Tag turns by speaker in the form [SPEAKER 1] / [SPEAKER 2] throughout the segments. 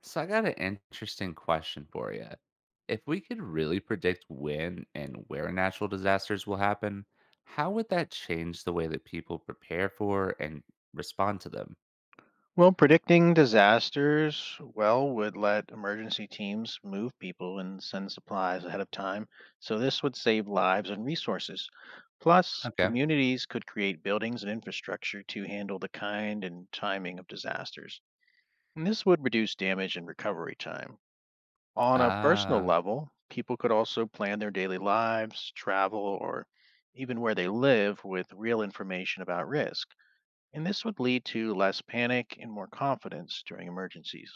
[SPEAKER 1] So I got an interesting question for you. If we could really predict when and where natural disasters will happen, how would that change the way that people prepare for and respond to them?
[SPEAKER 2] Well, predicting disasters well would let emergency teams move people and send supplies ahead of time, so this would save lives and resources. Plus,
[SPEAKER 1] Okay.
[SPEAKER 2] communities could create buildings and infrastructure to handle the kind and timing of disasters. And this would reduce damage and recovery time. On a personal
[SPEAKER 1] Ah.
[SPEAKER 2] level, people could also plan their daily lives, travel, or even where they live with real information about risk and this would lead to less panic and more confidence during emergencies.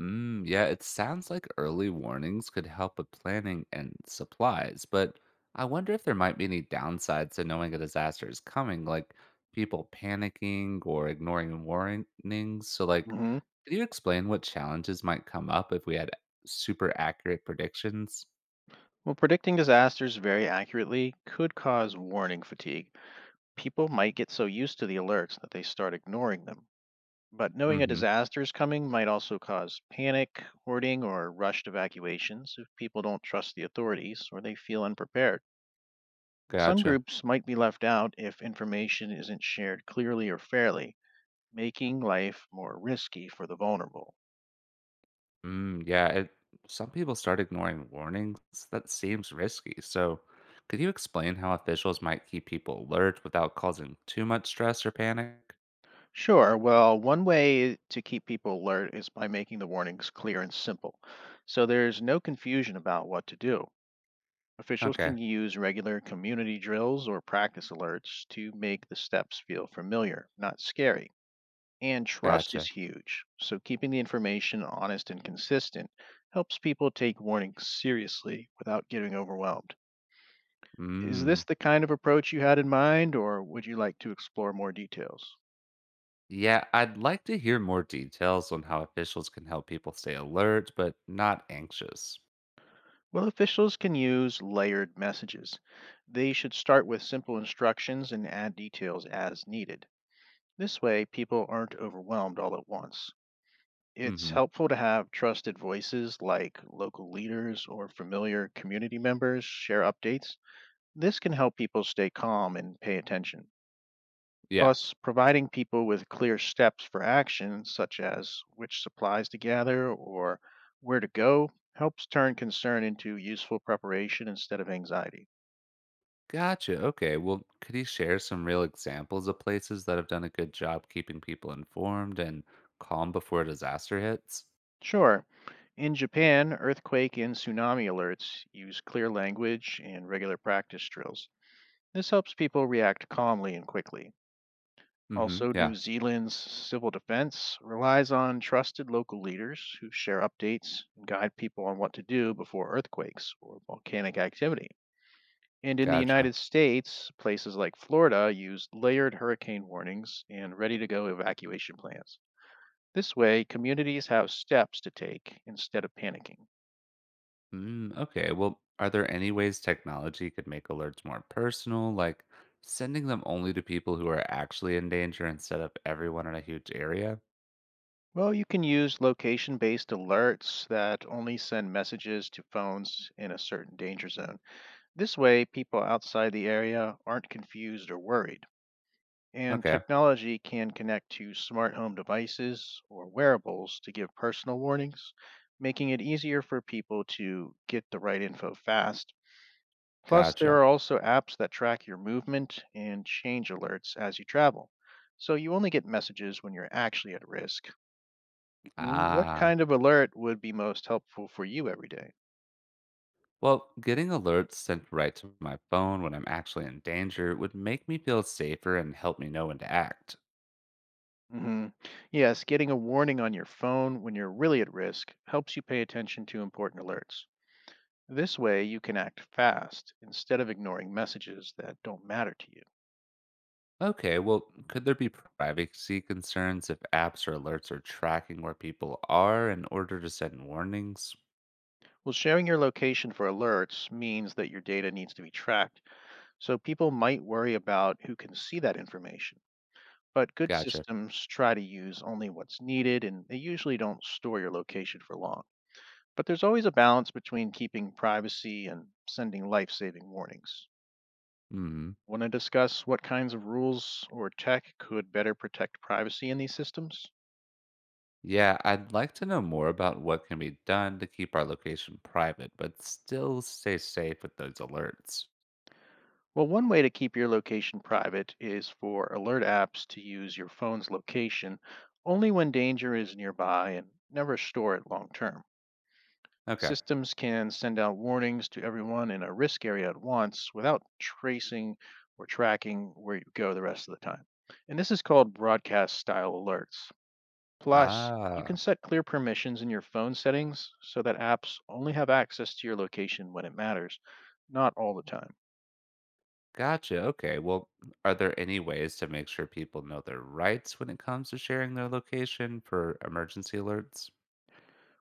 [SPEAKER 1] Mm, yeah, it sounds like early warnings could help with planning and supplies, but I wonder if there might be any downsides to knowing a disaster is coming, like people panicking or ignoring warnings. So,
[SPEAKER 2] Hmm.
[SPEAKER 1] could you explain what challenges might come up if we had super accurate predictions?
[SPEAKER 2] Well, predicting disasters very accurately could cause warning fatigue. People might get so used to the alerts that they start ignoring them. But knowing a
[SPEAKER 1] Mm-hmm.
[SPEAKER 2] disaster is coming might also cause panic, hoarding, or rushed evacuations if people don't trust the authorities or they feel unprepared. And some
[SPEAKER 1] Gotcha.
[SPEAKER 2] groups might be left out if information isn't shared clearly or fairly, making life more risky for the vulnerable.
[SPEAKER 1] Mm, yeah, some people start ignoring warnings. That seems risky. So, could you explain how officials might keep people alert without causing too much stress or panic?
[SPEAKER 2] Sure. Well, one way to keep people alert is by making the warnings clear and simple, so there's no confusion about what to do. Officials
[SPEAKER 1] Okay,
[SPEAKER 2] can use regular community drills or practice alerts to make the steps feel familiar, not scary. And trust is
[SPEAKER 1] gotcha.
[SPEAKER 2] huge, so keeping the information honest and consistent helps people take warnings seriously without getting overwhelmed. Is
[SPEAKER 1] Mm.
[SPEAKER 2] this the kind of approach you had in mind, or would you like to explore more details?
[SPEAKER 1] Yeah, I'd like to hear more details on how officials can help people stay alert but not anxious.
[SPEAKER 2] Well, officials can use layered messages. They should start with simple instructions and add details as needed. This way, people aren't overwhelmed all at once. It's
[SPEAKER 1] Mm-hmm.
[SPEAKER 2] helpful to have trusted voices like local leaders or familiar community members share updates. This can help people stay calm and pay attention.
[SPEAKER 1] Yeah,
[SPEAKER 2] Plus, providing people with clear steps for action, such as which supplies to gather or where to go, helps turn concern into useful preparation instead of anxiety.
[SPEAKER 1] gotcha. Okay, well, could you share some real examples of places that have done a good job keeping people informed and calm before a disaster hits?
[SPEAKER 2] Sure, in Japan, earthquake and tsunami alerts use clear language and regular practice drills. This helps people react calmly and quickly.
[SPEAKER 1] Mm-hmm.
[SPEAKER 2] Also, New
[SPEAKER 1] Yeah,
[SPEAKER 2] Zealand's civil defense relies on trusted local leaders who share updates and guide people on what to do before earthquakes or volcanic activity. And in the
[SPEAKER 1] gotcha.
[SPEAKER 2] United States, places like Florida use layered hurricane warnings and ready to go evacuation plans. This way, communities have steps to take instead of panicking.
[SPEAKER 1] Mm, okay. Well, are there any ways technology could make alerts more personal, like sending them only to people who are actually in danger instead of everyone in a huge area?
[SPEAKER 2] Well, you can use location based alerts that only send messages to phones in a certain danger zone. This way, people outside the area aren't confused or worried. And
[SPEAKER 1] Okay,
[SPEAKER 2] technology can connect to smart home devices or wearables to give personal warnings, making it easier for people to get the right info fast. Plus, there
[SPEAKER 1] gotcha.
[SPEAKER 2] are also apps that track your movement and change alerts as you travel. So you only get messages when you're actually at risk. What
[SPEAKER 1] Ah,
[SPEAKER 2] kind of alert would be most helpful for you every day?
[SPEAKER 1] well, getting alerts sent right to my phone when I'm actually in danger would make me feel safer and help me know when to act.
[SPEAKER 2] Mm-hmm. Yes, getting a warning on your phone when you're really at risk helps you pay attention to important alerts. This way, you can act fast instead of ignoring messages that don't matter to you.
[SPEAKER 1] Okay, well, could there be privacy concerns if apps or alerts are tracking where people are in order to send warnings?
[SPEAKER 2] Well, sharing your location for alerts means that your data needs to be tracked, so people might worry about who can see that information. But good
[SPEAKER 1] Gotcha.
[SPEAKER 2] systems try to use only what's needed, and they usually don't store your location for long. But there's always a balance between keeping privacy and sending life saving warnings.
[SPEAKER 1] Hmm.
[SPEAKER 2] Want to discuss what kinds of rules or tech could better protect privacy in these systems?
[SPEAKER 1] Yeah, I'd like to know more about what can be done to keep our location private, but still stay safe with those alerts.
[SPEAKER 2] Well, one way to keep your location private is for alert apps to use your phone's location only when danger is nearby and never store it long term.
[SPEAKER 1] Okay.
[SPEAKER 2] Systems can send out warnings to everyone in a risk area at once without tracing or tracking where you go the rest of the time. And this is called broadcast style alerts. Plus, you can
[SPEAKER 1] Ah,
[SPEAKER 2] set clear permissions in your phone settings so that apps only have access to your location when it matters, not all the time.
[SPEAKER 1] gotcha. Okay. Well, are there any ways to make sure people know their rights when it comes to sharing their location for emergency alerts?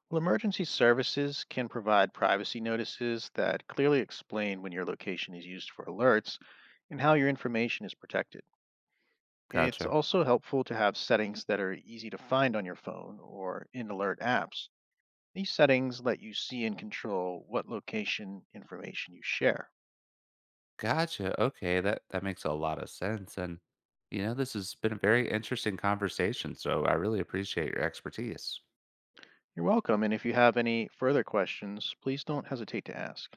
[SPEAKER 2] Well, emergency services can provide privacy notices that clearly explain when your location is used for alerts and how your information is protected. It's
[SPEAKER 1] Gotcha.
[SPEAKER 2] also helpful to have settings that are easy to find on your phone or in alert apps. These settings let you see and control what location information you share.
[SPEAKER 1] Gotcha. Okay, that makes a lot of sense. And you know, this has been a very interesting conversation, so I really appreciate your expertise.
[SPEAKER 2] You're welcome, and if you have any further questions, please don't hesitate to ask.